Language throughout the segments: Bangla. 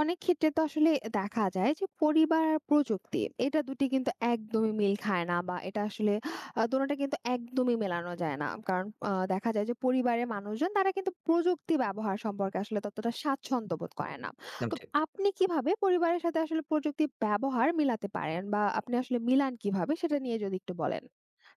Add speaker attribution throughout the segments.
Speaker 1: অনেক ক্ষেত্রে তো আসলে দেখা যায় যে পরিবার আর প্রযুক্তি এটা দুটি কিন্তু একদমই মিল খায় না, বা এটা আসলে দুটোটা কিন্তু একদমই মেলানো যায় না, কারণ দেখা যায় যে পরিবারের মানুষজন তারা কিন্তু প্রযুক্তি ব্যবহার সম্পর্কে আসলে ততটা স্বাচ্ছন্দ্য বোধ করে না।
Speaker 2: একদম
Speaker 1: তো
Speaker 2: ঠিক।
Speaker 1: আপনি কিভাবে পরিবারের সাথে আসলে প্রযুক্তি ব্যবহার মিলাতে পারেন, বা আপনি আসলে মিলান কিভাবে সেটা নিয়ে যদি একটু বলেন।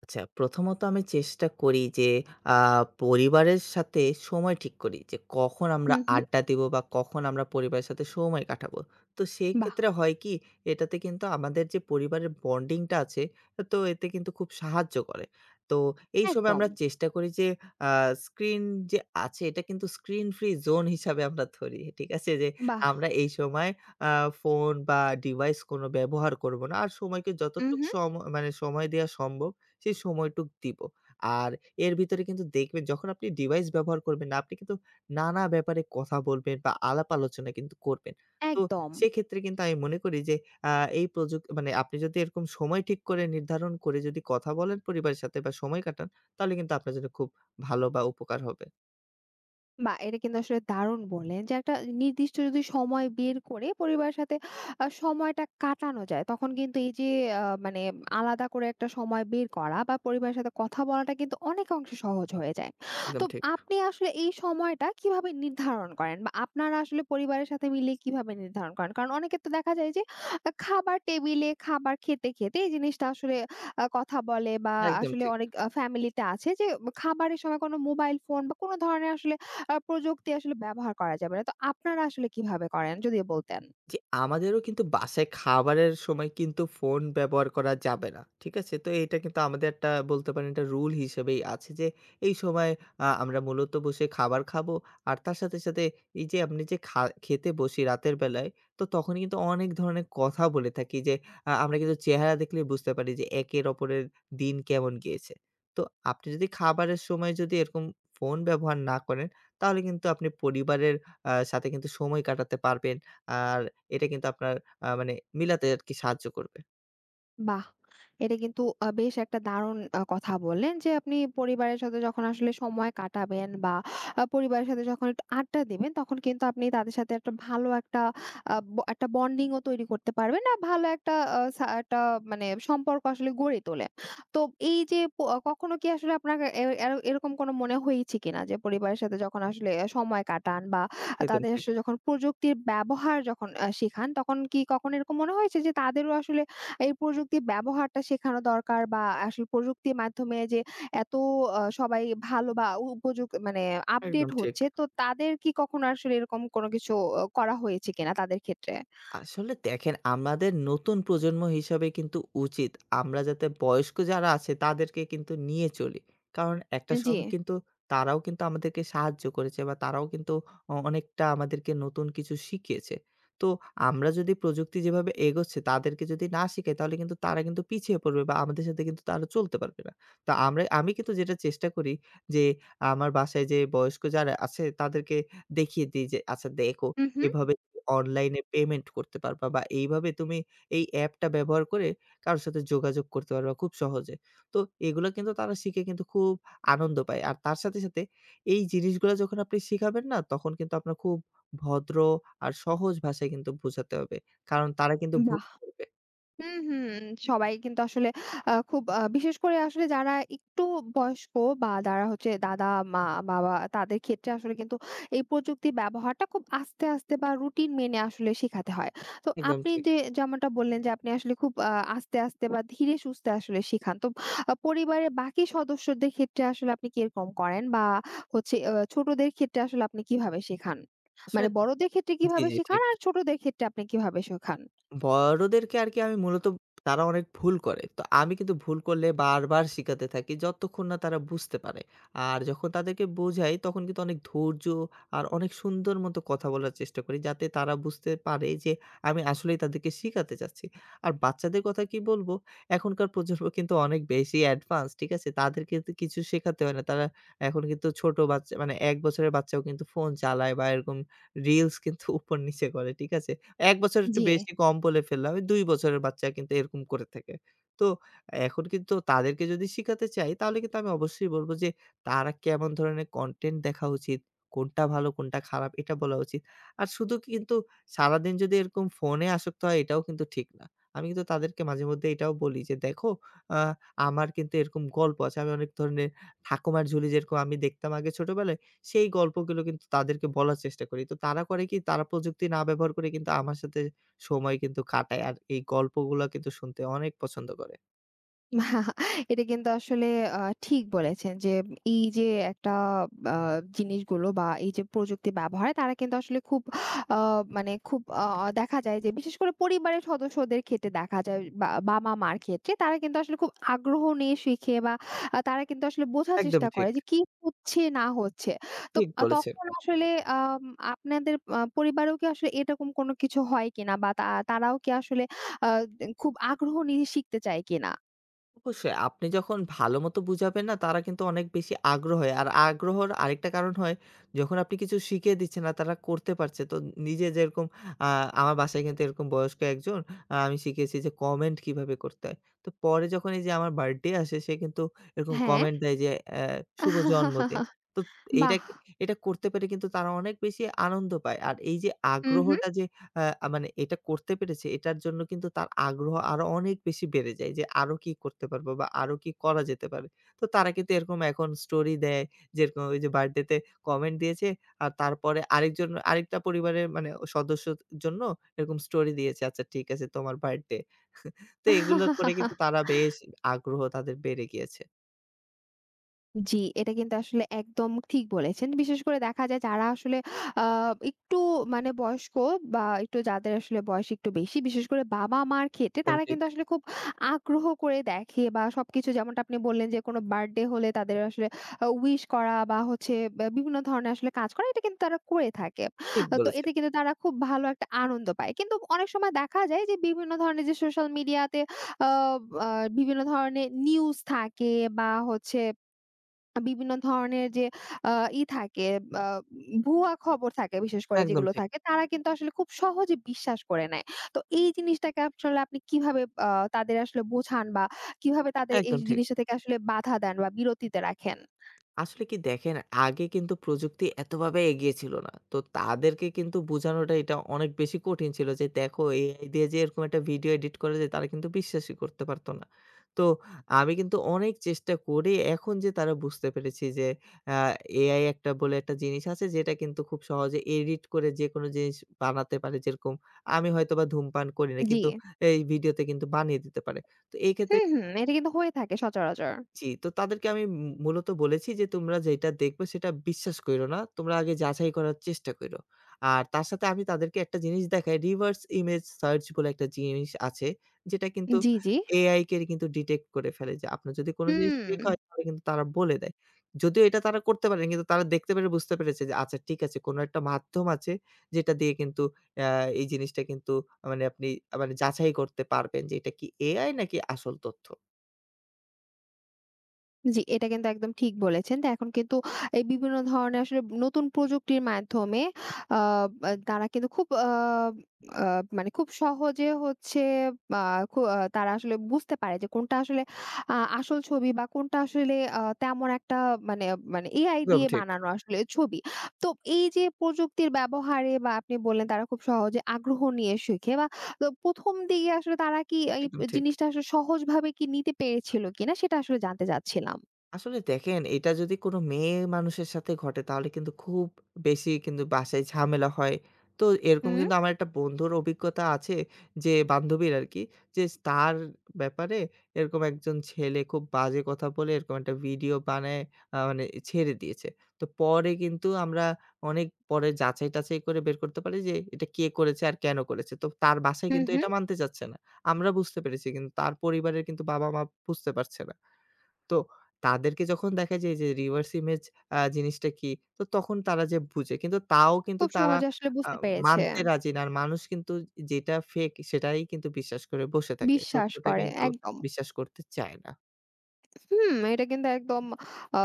Speaker 2: আচ্ছা, প্রথমত আমি চেষ্টা করি যে আ পরিবারের সাথে সময় ঠিক করি যে কখন আমরা
Speaker 1: হুম হুম।
Speaker 2: আড্ডা দিব বা কখন আমরা পরিবারের সাথে সময় কাটাবো। তো সেই
Speaker 1: বাহ।
Speaker 2: ক্ষেত্রে হয় কি, এটাতে কিন্তু আমাদের যে পরিবারের বন্ডিংটা আছে, তো এতে কিন্তু খুব সাহায্য করে। তো এই সময়
Speaker 1: একদম।
Speaker 2: আমরা চেষ্টা করি যে আ স্ক্রিন যে আছে এটা কিন্তু স্ক্রিন ফ্রি জোন হিসাবে আমরা ধরি। ঠিক আছে? যে
Speaker 1: বাহ।
Speaker 2: আমরা এই সময় আ ফোন বা ডিভাইস কোনো ব্যবহার করব না। আর সময়কে
Speaker 1: হুম
Speaker 2: যতটুক
Speaker 1: হুম।
Speaker 2: মানে সময় দেয়া সম্ভব, সেই সময়টুক দিব। আর এর ভিতরে কিন্তু দেখবেন, যখন আপনি ডিভাইস ব্যবহার করবেন না, আপনি কিন্তু নানা ব্যাপারে কথা বলবেন বা আলাপ আলোচনা কিন্তু করবেন। তো
Speaker 1: একদম।
Speaker 2: সেক্ষেত্রে কিন্তু আমি মনে করি যে আ এই মানে আপনি যদি এরকম সময় ঠিক করে নির্ধারণ করে যদি কথা বলেন পরিবারের সাথে বা সময় কাটান, তাহলে কিন্তু আপনার জন্য খুব ভালো বা উপকার হবে।
Speaker 1: বাহ! এটা কিন্তু আসলে দারুণ বললেন যে একটা নির্দিষ্ট যদি সময় বের করে পরিবারের সাথে সময়টা কাটানো যায়। তখন কিন্তু এই যে আ মানে আলাদা করে একটা সময় বের করা বা পরিবারের সাথে কথা বলাটা কিন্তু অনেকাংশে সহজ হয়ে যায়। তো
Speaker 2: একদম ঠিক।
Speaker 1: আপনি আসলে এই সময়টা কিভাবে নির্ধারণ করেন? বা আপনারা আসলে পরিবারের সাথে মিলে কিভাবে নির্ধারণ করেন? কারণ অনেকের তো দেখা যায় যে খাবার টেবিলে খাবার খেতে, খেতে এই জিনিসটা আসলে কথা বলে, বা
Speaker 2: একদম
Speaker 1: আসলে
Speaker 2: ঠিক।
Speaker 1: অনেক ফ্যামিলিতে আছে যে খাবারের সময় কোনো মোবাইল ফোন বা কোনো ধরনের আসলে প্রযুক্তি আসলে ব্যবহার করা যাবে না। তো আপনারা আসলে কিভাবে করেন? যদিও বলতেন।
Speaker 2: জি, আমাদেরও কিন্তু বাসায় খাবারের সময় কিন্তু ফোন ব্যবহার করা যাবে না। ঠিক আছে? তো এটা কিন্তু আমাদের একটা, বলতে পারেন, একটা রুল হিসেবেই আছে যে এই সময় আমরা মূলত বসে খাবার খাবো। আর তার সাথে, সাথে এই যে আপনি যে খেতে বসি রাতের বেলায়, তো তখন কিন্তু অনেক ধরনের কথা বলে থাকি যে আমরা কিন্তু চেহারা দেখলেই বুঝতে পারি যে একের অপরের দিন কেমন গিয়েছে। তো আপনি যদি খাবারের সময় যদি এরকম ফোন ব্যবহার না করেন, তাহলে কিন্তু আপনি পরিবারের সাথে কিন্তু সময় কাটাতে পারবেন। আর এটা কিন্তু আপনার মানে মিলাতে আরকি সাহায্য করবে।
Speaker 1: বাহ! এটা কিন্তু বেশ একটা দারুণ কথা বললেন যে, আপনি পরিবারের সাথে যখন আসলে সময় কাটাবেন, বা পরিবারের সাথে যখন একটু আড্ডা দিবেন, তখন কিন্তু আপনি তাদের সাথে একটা ভালো একটা আ ব একটা বন্ডিং ও তৈরি করতে পারবেন। আর ভালো একটা আ সা একটা সম্পর্ক আসলে গড়ে তোলেন। তো এই যে কখনো কি আসলে আপনার এ এ এরকম কোনো মনে হয়েছে কিনা যে, পরিবারের সাথে যখন আসলে সময় কাটান, বা
Speaker 2: একদম
Speaker 1: তাদের
Speaker 2: ঠিক,
Speaker 1: আসলে যখন প্রযুক্তির ব্যবহার যখন শেখান, তখন কি কখনো এরকম মনে হয়েছে যে, তাদেরও আসলে এই প্রযুক্তির ব্যবহারটা শেখানো দরকার, বা আসলে প্রযুক্তির মাধ্যমে যে এত সবাই ভালো বা উপযোগ মানে আপডেট
Speaker 2: একদম ঠিক।
Speaker 1: হচ্ছে। তো তাদের কি কখনো আসলে এরকম কোনো কিছু করা হয়েছে কিনা তাদের ক্ষেত্রে?
Speaker 2: আসলে দেখেন, আমাদের নতুন প্রজন্ম হিসাবে কিন্তু উচিত আমরা যাতে বয়স্ক যারা আছে তাদেরকে কিন্তু নিয়ে চলি। কারণ একটা
Speaker 1: জি।
Speaker 2: সময় কিন্তু তারাও কিন্তু আমাদেরকে সাহায্য করেছে বা তারাও কিন্তু অনেকটা আমাদেরকে নতুন কিছু শিখিয়েছে। তো আমরা যদি প্রযুক্তি যেভাবে এগোচ্ছে তাদেরকে যদি না শিখাই, তাহলে কিন্তু তারা কিন্তু পিছিয়ে পড়বে বা আমাদের সাথে কিন্তু তারা চলতে পারবে না। তো আমরা, আমি কিন্তু যেটা চেষ্টা করি যে আমার বাসায় যে বয়স্ক যারা আছে তাদেরকে দেখিয়ে দিই যে, "আচ্ছা দেখো,
Speaker 1: হু, হু।
Speaker 2: এভাবে অনলাইনে পেমেন্ট করতে পারবা বা এইভাবে তুমি এই অ্যাপটা ব্যবহার করে কারো সাথে যোগাযোগ করতে পারবা খুব সহজে।" তো এগুলা কিন্তু তারা শিখে কিন্তু খুব আনন্দ পায়। আর তার সাথে, সাথে এই জিনিসগুলা যখন আপনি শিখাবেন, না তখন কিন্তু আপনার খুব ভদ্র আর সহজ ভাষায় কিন্তু বোঝাতে হবে। কারণ তারা কিন্তু ভুল
Speaker 1: বাহ!
Speaker 2: করবে।
Speaker 1: হুম, হুম। সবাই কিন্তু আসলে খুব বিশেষ করে আসলে যারা একটু বয়স্ক, বা যারা হচ্ছে দাদা, মা, বাবা তাদের ক্ষেত্রে আসলে কিন্তু এই প্রযুক্তি ব্যবহারটা খুব আস্তে, আস্তে বা রুটিন মেনে আসলে শেখাতে হয়। তো
Speaker 2: একদম
Speaker 1: আপনি
Speaker 2: ঠিক।
Speaker 1: যে যেমনটা বললেন যে আপনি আসলে খুব আস্তে, আস্তে বা ধীরে সুস্থে আসলে শেখান। তো পরিবারের বাকি সদস্যদের ক্ষেত্রে আসলে আপনি কিরকম করেন? বা হচ্ছে ছোটদের ক্ষেত্রে আসলে আপনি কিভাবে শেখান? মানে
Speaker 2: আসলে
Speaker 1: বড়দের ক্ষেত্রে
Speaker 2: জি,
Speaker 1: কিভাবে
Speaker 2: জি
Speaker 1: শেখান
Speaker 2: ঠিক।
Speaker 1: আর ছোটদের ক্ষেত্রে আপনি কিভাবে শেখান?
Speaker 2: বড়দেরকে আরকি আমি মূলত তারা অনেক ভুল করে। তো আমি কিন্তু ভুল করলে বারবার শিখাতে থাকি যতক্ষণ না তারা বুঝতে পারে। আর যখন তাদেরকে বোঝাই, তখন কিন্তু অনেক ধৈর্য আর অনেক সুন্দর মতো কথা বলার চেষ্টা করি যাতে তারা বুঝতে পারে যে আমি আসলেই তাদেরকে শিখাতে চাচ্ছি। আর বাচ্চাদের কথা কি বলবো? এখনকার প্রজন্ম কিন্তু অনেক বেশি অ্যাডভান্স, ঠিক আছে? তাদেরকে তো কিছু শেখাতে হয় না। তারা এখন কিন্তু ছোট বাচ্চা মানে ১ বছরের বাচ্চাও কিন্তু ফোন চালায় বা এরকম রিলস কিন্তু উপর নিচে করে, ঠিক আছে? ১ বছর একটু
Speaker 1: জি।
Speaker 2: বেশি কম বলে ফেললাম। ওই ২ বছরের বাচ্চা কিন্তু এরকম করে থাকে। তো এখন কিন্তু তাদেরকে যদি শিখাতে চাই, তাহলে কিন্তু আমি অবশ্যই বলব যে, তারা কেমন ধরনের কনটেন্ট দেখা উচিত, কোনটা ভালো কোনটা খারাপ এটা বলা উচিত। আর শুধু কি কিন্তু সারাদিন যদি এরকম ফোনে আসক্ত হয়, এটাও কিন্তু ঠিক না। আমি কিন্তু তাদেরকে মাঝেমধ্যে এটাও বলি যে, "দেখো আ আমার কিন্তু এরকম গল্প আছে। আমি অনেক ধরনের ঠাকুমার ঝুলি যেরকম আমি দেখতাম আগে ছোটবেলায়।" সেই গল্পগুলো কিন্তু তাদেরকে বলার চেষ্টা করি। তো তারা করে কি? তারা প্রযুক্তি না ব্যবহার করে কিন্তু আমার সাথে সময় কিন্তু কাটায়। আর এই গল্পগুলা কিন্তু শুনতে অনেক পছন্দ করে।
Speaker 1: না, এটা কিন্তু আসলে আ ঠিক বলেছেন যে, এই যে একটা আ জিনিসগুলো, বা এই যে প্রযুক্তি ব্যবহার, তারা কিন্তু আসলে খুব আ মানে খুব দেখা যায় যে বিশেষ করে পরিবারের সদস্যদের ক্ষেত্রে দেখা যায়, বা বাবা-মার ক্ষেত্রে তারা কিন্তু আসলে খুব আগ্রহ নিয়ে শিখে, বা তারা কিন্তু আসলে বোঝার
Speaker 2: একদম
Speaker 1: চেষ্টা করে
Speaker 2: ঠিক।
Speaker 1: যে কি হচ্ছে না হচ্ছে। তো
Speaker 2: ঠিক বলেছেন।
Speaker 1: তখন আসলে আম আপনাদের পরিবারেও কি আসলে এরকম কোনো কিছু হয় কিনা, বা তারাও কি আসলে আ খুব আগ্রহ নিয়ে শিখতে চায় কিনা?
Speaker 2: অবশ্যই আপনি যখন ভালো মতো বুঝাবেন, না তারা কিন্তু অনেক বেশি আগ্রহ হয়। আর আগ্রহর আরেকটা কারণ হয় যখন আপনি কিছু শিখিয়ে দিচ্ছেন আর তারা করতে পারছে। তো নিজে যেরকম আ আমার বাসায় কিন্তু এরকম বয়স্ক একজন আমি শিখিয়েছি যে কমেন্ট কিভাবে করতে হয়। তো পরে যখন এই যে আমার বার্থডে আসে, সে কিন্তু এরকম
Speaker 1: হ্যাঁ,
Speaker 2: কমেন্ট দেয় যে শুভ জন্মদিন। তো এইটা
Speaker 1: বাহ!
Speaker 2: এটা করতে পেরে কিন্তু তারা অনেক বেশি আনন্দ পায়। আর এই যে
Speaker 1: হু,
Speaker 2: আগ্রহটা যে, হ্যাঁ, মানে এটা করতে পেরেছে এটার জন্য কিন্তু তার আগ্রহ আরো অনেক বেশি বেড়ে যায় যে আরো কি করতে পারবো বা আরো কি করা যেতে পারে। তো তারা কিন্তু এরকম এখন স্টোরি দেয় যেরকম ওই যে বার্থডেতে কমেন্ট দিয়েছে। আর তারপরে আরেকজন আরেকটা পরিবারের মানে সদস্যর জন্য এরকম স্টোরি দিয়েছে, "আচ্ছা ঠিক আছে, তোমার বার্থডে।" তো এগুলো করে কিন্তু তারা বেশ আগ্রহ তাদের বেড়ে গিয়েছে।
Speaker 1: জি, এটা কিন্তু আসলে একদম ঠিক বলেছেন। বিশেষ করে দেখা যায় যারা আসলে আ একটু মানে বয়স্ক, বা একটু যাদের আসলে বয়স একটু বেশি, বিশেষ করে বাবা-মার ক্ষেত্রে
Speaker 2: একদম
Speaker 1: তারা
Speaker 2: ঠিক।
Speaker 1: কিন্তু আসলে খুব আগ্রহ করে দেখে বা সবকিছু যেমনটা আপনি বললেন যে কোনো বার্থডে হলে তাদের আসলে উইশ করা বা হচ্ছে বা বিভিন্ন ধরনের আসলে কাজ করা এটা কিন্তু তারা করে থাকে।
Speaker 2: ঠিক
Speaker 1: তো এতে
Speaker 2: বলেছেন।
Speaker 1: কিন্তু তারা খুব ভালো একটা আনন্দ পায়। কিন্তু অনেক সময় দেখা যায় যে বিভিন্ন ধরনের যে সোশ্যাল মিডিয়াতে আ আ বিভিন্ন ধরনের নিউজ থাকে, বা হচ্ছে বিভিন্ন ধরনের যে আ ই থাকে আ ভুয়া খবর থাকে, বিশেষ করে
Speaker 2: একদম
Speaker 1: যেগুলো
Speaker 2: ঠিক,
Speaker 1: থাকে তারা কিন্তু আসলে খুব সহজে বিশ্বাস করে নেয়। তো এই জিনিসটাকে আসলে আপনি কিভাবে তাদের আসলে বোঝান, বা কিভাবে তাদের এই
Speaker 2: একদম ঠিক।
Speaker 1: জিনিসটা থেকে আসলে বাধা দেন বা বিরতিতে রাখেন?
Speaker 2: আসলে কি, দেখেন, আগে কিন্তু প্রযুক্তি এতভাবে এগিয়ে ছিল না। তো তাদেরকে কিন্তু বোঝানোটা এটা অনেক বেশি কঠিন ছিল যে, দেখো AI দিয়ে যে এরকম একটা ভিডিও এডিট করা যায়, তারা কিন্তু বিশ্বাসই করতে পারত না। তো আমি কিন্তু অনেক চেষ্টা করে এখন যে তারা বুঝতে পেরেছি যে, আ AI একটা বলে একটা জিনিস আছে যেটা কিন্তু খুব সহজে এডিট করে যেকোনো জিনিস বানাতে পারে। যেরকম আমি হয়তোবা ধূমপান করি না,
Speaker 1: জি।
Speaker 2: কিন্তু এই ভিডিওতে কিন্তু বানিয়ে দিতে পারে। তো এই ক্ষেত্রে
Speaker 1: হুম, হুম। এটা কিন্তু হয়ে থাকে সচরাচর।
Speaker 2: জি, তো তাদেরকে আমি মূলত বলেছি যে, "তোমরা যেটা দেখবে সেটা বিশ্বাস কইরো না। তোমরা আগে যাচাই করার চেষ্টা কইরো।" আর তার সাথে আমি তাদেরকে একটা জিনিস দেখাই, reverse image search বলে একটা জিনিস আছে। যেটা কিন্তু
Speaker 1: জি, জি।
Speaker 2: AI কে কিন্তু ডিটেক্ট করে ফেলে যে, আপনার যদি কোন জিনিস
Speaker 1: হুম।
Speaker 2: ফেক হয় তাহলে কিন্তু তারা বলে দেয়। যদিও এটা তারা করতে পারেনি, কিন্তু তারা দেখতে পেরে বুঝতে পেরেছে যে, আচ্ছা ঠিক আছে, কোন একটা মাধ্যম আছে যেটা দিয়ে কিন্তু অ্যা এই জিনিসটা কিন্তু মানে আপনি মানে যাচাই করতে পারবেন যে, এটা কি AI নাকি আসল তথ্য।
Speaker 1: জি, এটা কিন্তু একদম ঠিক বলেছেন। তো এখন কিন্তু এই বিভিন্ন ধরনের আসলে নতুন প্রযুক্তির মাধ্যমে আ বা তারা কিন্তু খুব আ আ মানে খুব সহজে হচ্ছে আ খু আ তারা আসলে বুঝতে পারে যে কোনটা আসলে আসল ছবি, বা কোনটা আসলে তেমন একটা মানে মানে এআই
Speaker 2: একদম
Speaker 1: দিয়ে
Speaker 2: ঠিক,
Speaker 1: বানানো আসলে ছবি। তো এই যে প্রযুক্তির ব্যবহারে বা আপনি বললেন তারা খুব সহজে আগ্রহ নিয়ে শেখে, বা তো ১ম দিকে আসলে তারা কি এই
Speaker 2: একদম ঠিক।
Speaker 1: জিনিসটা আসলে সহজভাবে কি নিতে পেরেছিল কিনা সেটা আসলে জানতে চাচ্ছিলাম?
Speaker 2: আসলে দেখেন, এটা যদি কোনো মেয়ে মানুষের সাথে ঘটে, তাহলে কিন্তু খুব বেশি কিন্তু বাসায় ঝামেলা হয়। তো এরকম
Speaker 1: হুম,
Speaker 2: কিন্তু আমার একটা বন্ধুর অভিজ্ঞতা আছে, যে বান্ধবীর আরকি, যে তার ব্যাপারে এরকম একজন ছেলে খুব বাজে কথা বলে এরকম একটা ভিডিও বানায় মানে ছেড়ে দিয়েছে। তো পরে কিন্তু আমরা অনেক পরে যাচাই-টাচাই করে বের করতে পারি যে এটা কে করেছে আর কেন করেছে। তো তার বাসায়
Speaker 1: হুম,
Speaker 2: কিন্তু
Speaker 1: হুম।
Speaker 2: এটা মানতে চাচ্ছে না। আমরা বুঝতে পেরেছি কিন্তু তার পরিবারের কিন্তু বাবা-মা বুঝতে পারছে না। তো তাদেরকে যখন দেখা যায় যে reverse image জিনিসটা কি? তো তখন তারা যে বুঝে। কিন্তু তাও কিন্তু
Speaker 1: খুব
Speaker 2: তারা
Speaker 1: সহজে আসলে
Speaker 2: আ
Speaker 1: বুঝতে পেরেছে।
Speaker 2: মানতে রাজি না। আর মানুষ কিন্তু যেটা fake সেটাই কিন্তু বিশ্বাস করে বসে থাকে।
Speaker 1: বিশ্বাস
Speaker 2: সত্যটা
Speaker 1: করে
Speaker 2: কিন্তু
Speaker 1: একদম।
Speaker 2: বিশ্বাস করতে চায় না।
Speaker 1: হুম, এটা কিন্তু একদম আ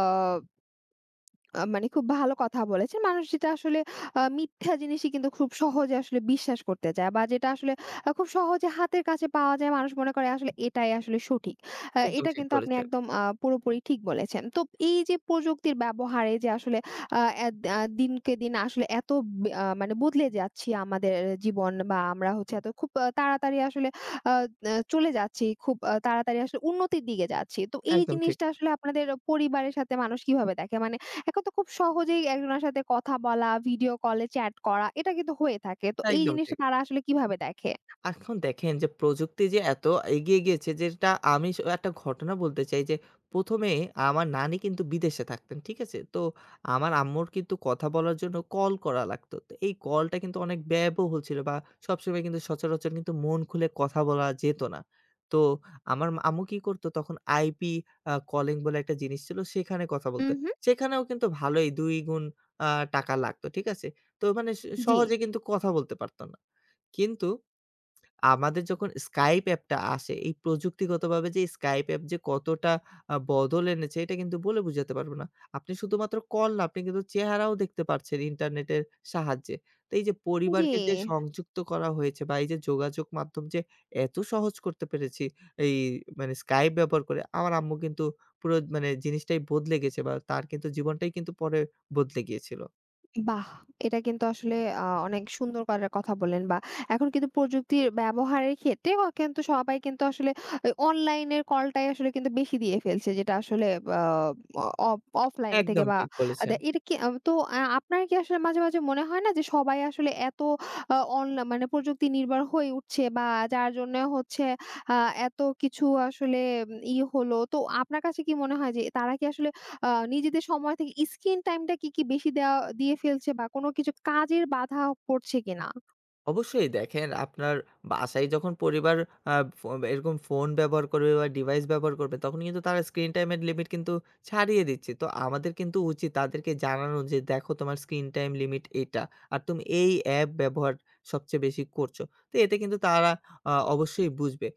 Speaker 1: আ মানে খুব ভালো কথা বলেছেন। মানুষ যেটা আসলে মিথ্যা জিনিসই কিন্তু খুব সহজে আসলে বিশ্বাস করতে চায়, বা যেটা আসলে খুব সহজে হাতের কাছে পাওয়া যায় মানুষ মনে করে আসলে এটাই আসলে সঠিক।
Speaker 2: একদম
Speaker 1: এটা
Speaker 2: ঠিক
Speaker 1: কিন্তু আপনি
Speaker 2: বলেছেন।
Speaker 1: একদম পুরোপুরি ঠিক বলেছেন। তো এই যে প্রযুক্তির ব্যবহারে যে আসলে আ এদ আ দিনকে দিন আসলে এত বে আ মানে বদলে যাচ্ছি আমাদের জীবন, বা আমরা হচ্ছে এত খুব তাড়াতাড়ি আসলে আ আ চলে যাচ্ছি। খুব তাড়াতাড়ি আসলে উন্নতির দিকে যাচ্ছি। তো এই
Speaker 2: একদম ঠিক,
Speaker 1: জিনিসটা আসলে আপনাদের পরিবারের সাথে মানুষ কিভাবে দেখে? মানে এখন তো খুব সহজেই একজনের সাথে কথা বলা, ভিডিও কলে চ্যাট করা এটা কিন্তু হয়ে থাকে। তো এই
Speaker 2: একদম
Speaker 1: জিনিসটা
Speaker 2: ঠিক।
Speaker 1: তারা আসলে কিভাবে দেখে?
Speaker 2: এখন দেখেন যে প্রযুক্তি যে এত এগিয়ে গিয়েছে, যেটা আমি একটা ঘটনা বলতে চাই যে ১ম এ আমার নানি কিন্তু বিদেশে থাকতেন। ঠিক আছে? তো আমার আম্মুর কিন্তু কথা বলার জন্য কল করা লাগতো। তো এই কলটা কিন্তু অনেক ব্যয়বহুল ছিল বা সবসময় কিন্তু সচরাচর কিন্তু মন খুলে কথা বলা যেত না। তো আমার আম্মু কি করতো তখন IP কলিং বলে একটা জিনিস ছিল, সেখানে কথা
Speaker 1: হুম,
Speaker 2: বলতো।
Speaker 1: হুম।
Speaker 2: সেখানেও কিন্তু ভালোই ২ গুণ আ টাকা লাগতো। ঠিক আছে? তো মানে
Speaker 1: জি।
Speaker 2: সহজে কিন্তু কথা বলতে পারত না। কিন্তু আমাদের যখন Skype অ্যাপটা আসে, এই প্রযুক্তিগতভাবে যে Skype অ্যাপ যে কতটা বদল এনেছে, এটা কিন্তু বলে বুঝাতে পারব না। আপনি শুধুমাত্র কল না, আপনি কিন্তু চেহারাও দেখতে পারছেন ইন্টারনেটের সাহায্যে। তো এই যে
Speaker 1: জি।
Speaker 2: পরিবারকে যে সংযুক্ত করা হয়েছে বা এই যে যোগাযোগ মাধ্যম যে এত সহজ করতে পেরেছি, এই মানে Skype ব্যবহার করে, আমার আম্মু কিন্তু পুরো মানে জিনিসটাই বদলে গেছে বা তার কিন্তু জীবনটাই কিন্তু পরে বদলে গিয়েছিল।
Speaker 1: বাহ! এটা কিন্তু আসলে অনেক সুন্দর করার কথা বললেন, বা এখন কিন্তু প্রযুক্তির ব্যবহারের ক্ষেত্রে কিন্তু সবাই কিন্তু আসলে অনলাইনের কলটাই আসলে কিন্তু বেশি দিয়ে ফেলছে। যেটা আসলে আ অ অফ অফলাইনে থেকে
Speaker 2: একদম
Speaker 1: বা
Speaker 2: ঠিক বলেছেন।
Speaker 1: এটা কি আ তো আ আপনার কি আসলে মাঝে, মাঝে মনে হয় না যে সবাই আসলে এত আ অনলা মানে প্রযুক্তি নির্ভর হয়ে উঠছে, বা যার জন্য হচ্ছে আ এত কিছু আসলে উম ই হলো। তো আপনার কাছে কি মনে হয় যে তারা কি আসলে নিজেদের সময় থেকে স্ক্রিন টাইমটা কি বেশি দিয়ে ফেলছে, বা কোনো কিছু কাজের বাধা পড়ছে কিনা?
Speaker 2: অবশ্যই দেখেন, আপনার বাসায় যখন পরিবার আ ফো এরকম ফোন ব্যবহার করবে বা ডিভাইস ব্যবহার করবে, তখন কিন্তু তারা স্ক্রিন টাইমের লিমিট কিন্তু ছাড়িয়ে দিচ্ছে। তো আমাদের কিন্তু উচিত তাদেরকে জানানো যে, দেখো তোমার স্ক্রিন টাইম লিমিট এটা। আর তুমি এই অ্যাপ ব্যবহার সবচেয়ে বেশি করছো। তো এতে কিন্তু তারা অবশ্যই বুঝবে।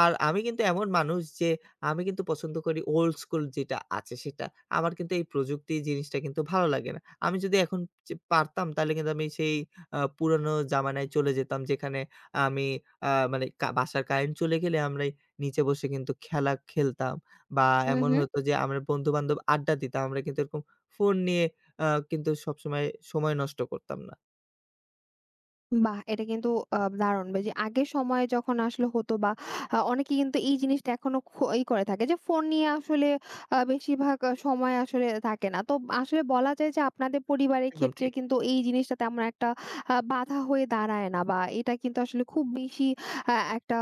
Speaker 2: আর আমি কিন্তু এমন মানুষ যে আমি কিন্তু পছন্দ করি ওল্ড স্কুল যেটা আছে সেটা। আমার কিন্তু এই প্রযুক্তি জিনিসটা কিন্তু ভালো লাগে না। আমি যদি এখন পারতাম, তাহলে কিন্তু আমি সেই পুরানো জামানায় চলে যেতাম যেখানে আমি মানে বাসার কারেন্ট চলে গেলে আমরা নিচে বসে কিন্তু খেলা খেলতাম বা
Speaker 1: হুম,
Speaker 2: এমন
Speaker 1: হুম।
Speaker 2: হতো যে আমরা বন্ধু-বান্ধব আড্ডা দিতাম। আমরা কিন্তু এরকম ফোন নিয়ে আ কিন্তু সবসময় সময় নষ্ট করতাম না।
Speaker 1: বাহ! এটা কিন্তু দারুণ। বা যে আগের সময়ে যখন আসলে হতো, বা অনেকে কিন্তু এই জিনিসটা এখনো খ ই করে থাকে যে ফোন নিয়ে আসলে বেশিরভাগ সময় আসলে থাকে না। তো আসলে বলা যায় যে আপনাদের পরিবারের
Speaker 2: একদম
Speaker 1: ক্ষেত্রে
Speaker 2: ঠিক,
Speaker 1: কিন্তু এই জিনিসটা তেমন একটা বাধা হয়ে দাঁড়ায় না, বা এটা কিন্তু আসলে খুব বেশি একটা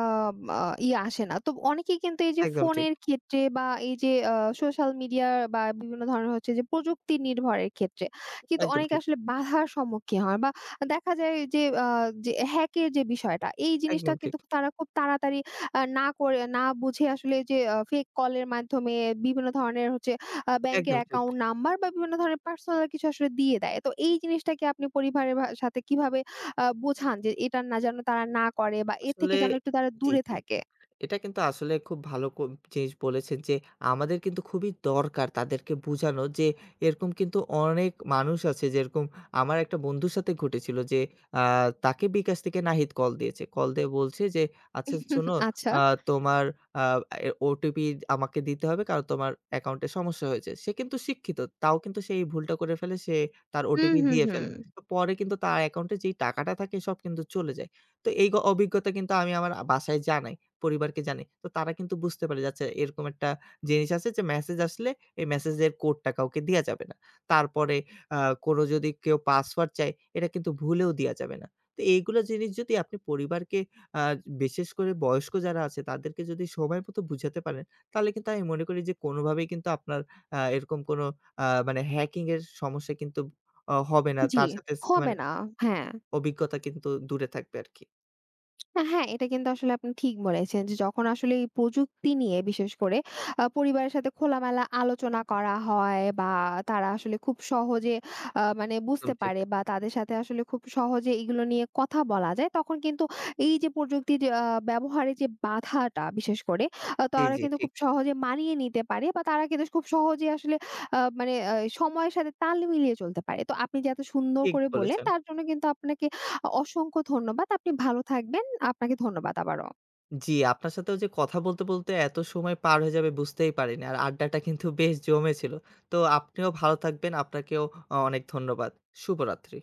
Speaker 1: আ ই আসে না। তো অনেকেই কিন্তু এই যে
Speaker 2: একদম ঠিক,
Speaker 1: ফোনের ক্ষেত্রে, বা এই যে সোশ্যাল মিডিয়া বা বিভিন্ন ধরনের হচ্ছে যে প্রযুক্তি নির্ভরের ক্ষেত্রে কিন্তু
Speaker 2: একদম
Speaker 1: অনেকে
Speaker 2: ঠিক,
Speaker 1: আসলে বাধার সম্মুখীন হয়, বা দেখা যায় যে যে হ্যাকের যে বিষয়টা এই জিনিসটা
Speaker 2: একদম ঠিক,
Speaker 1: কিন্তু তারা খুব তাড়াতাড়ি না করে না বুঝে আসলে যে ফেক কলের মাধ্যমে বিভিন্ন ধরনের হচ্ছে ব্যাংকের
Speaker 2: একদম ঠিক।
Speaker 1: অ্যাকাউন্ট নাম্বার, বা বিভিন্ন ধরনের পার্সোনাল কিছু আসলে দিয়ে দেয়। তো এই জিনিসটাকে আপনি পরিবারের সাথে কিভাবে বোঝান যে এটা না যেন তারা না করে, বা এর
Speaker 2: আসলে
Speaker 1: থেকে যেন একটু তারা
Speaker 2: জি,
Speaker 1: দূরে
Speaker 2: জি,
Speaker 1: থাকে?
Speaker 2: জি। এটা কিন্তু আসলে খুব ভালো জিনিস বলেছেন যে, আমাদের কিন্তু খুবই দরকার তাদেরকে বুঝানো যে, এরকম কিন্তু অনেক মানুষ আছে, যেরকম আমার একটা বন্ধুর সাথে ঘটেছিল যে, আ তাকে বিকাশ থেকে নাহিদ কল দিয়েছে। কল দিয়ে বলছে যে, "আচ্ছা শোনো,
Speaker 1: আচ্ছা।
Speaker 2: আ তোমার আ এ OTP আমাকে দিতে হবে কারণ তোমার অ্যাকাউন্টে সমস্যা হয়েছে।" সে কিন্তু শিক্ষিত। তাও কিন্তু সে এই ভুলটা করে ফেলে। সে তার
Speaker 1: হুম,
Speaker 2: OTP
Speaker 1: হুম,
Speaker 2: দিয়ে
Speaker 1: হুম।
Speaker 2: ফেলে। তো পরে কিন্তু তার অ্যাকাউন্টে যেই টাকাটা থাকে সব কিন্তু চলে যায়। তো এই অভিজ্ঞতা কিন্তু আমি আমার বাসায় জানাই, পরিবারকে জানাই। তো তারা কিন্তু বুঝতে পারে যে, আচ্ছা এরকম একটা জিনিস আছে যে মেসেজ আসলে এই মেসেজের কোডটা কাউকে দেয়া যাবে না। তারপরে আ কোনো যদি কেউ পাসওয়ার্ড চায়, এটা কিন্তু ভুলেও দেয়া যাবে না। তো এইগুলা জিনিস যদি আপনি পরিবারকে আ বিশেষ করে বয়স্ক যারা আছে তাদেরকে যদি সময় মতো বুঝাতে পারেন, তাহলে কিন্তু আমি মনে করি যে কোনোভাবেই কিন্তু আপনার এরকম কোনো মানে হ্যাকিং এর সমস্যা কিন্তু হবে না।
Speaker 1: জি,
Speaker 2: তার সাথে
Speaker 1: হবে
Speaker 2: মানে
Speaker 1: না। হ্যাঁ।
Speaker 2: অভিজ্ঞতা কিন্তু দূরে থাকবে আরকি।
Speaker 1: হ্যাঁ, এটা কিন্তু আসলে আপনি ঠিক বলেছেন যে যখন আসলে এই প্রযুক্তি নিয়ে বিশেষ করে পরিবারের সাথে খোলামেলা আলোচনা করা হয়, বা তারা আসলে খুব সহজে আ মানে
Speaker 2: একদম
Speaker 1: বুঝতে
Speaker 2: ঠিক।
Speaker 1: পারে, বা তাদের সাথে আসলে খুব সহজে এগুলো নিয়ে কথা বলা যায় তখন কিন্তু এই যে প্রযুক্তির ব্যবহারে যে বাধাটা বিশেষ করে
Speaker 2: জি,
Speaker 1: তারা
Speaker 2: জি,
Speaker 1: কিন্তু খুব
Speaker 2: ঠিক।
Speaker 1: সহজে মানিয়ে নিতে পারে, বা তারা কিন্তু খুব সহজে আসলে আ মানে আ সময়ের সাথে তাল মিলিয়ে চলতে পারে। তো আপনি যে এত সুন্দর
Speaker 2: ঠিক
Speaker 1: করে বললেন
Speaker 2: বলেছেন।
Speaker 1: তার জন্য কিন্তু আপনাকে অসংখ্য ধন্যবাদ। আপনি ভালো থাকবেন। আপনাকে ধন্যবাদ আবারও।
Speaker 2: জি, আপনার সাথেও যে কথা বলতে, বলতে এত সময় পার হয়ে যাবে বুঝতেই পারিনি। আর আড্ডাটা কিন্তু বেশ জমেছিল। তো আপনিও ভালো থাকবেন। আপনাকেও অনেক ধন্যবাদ। শুভরাত্রি।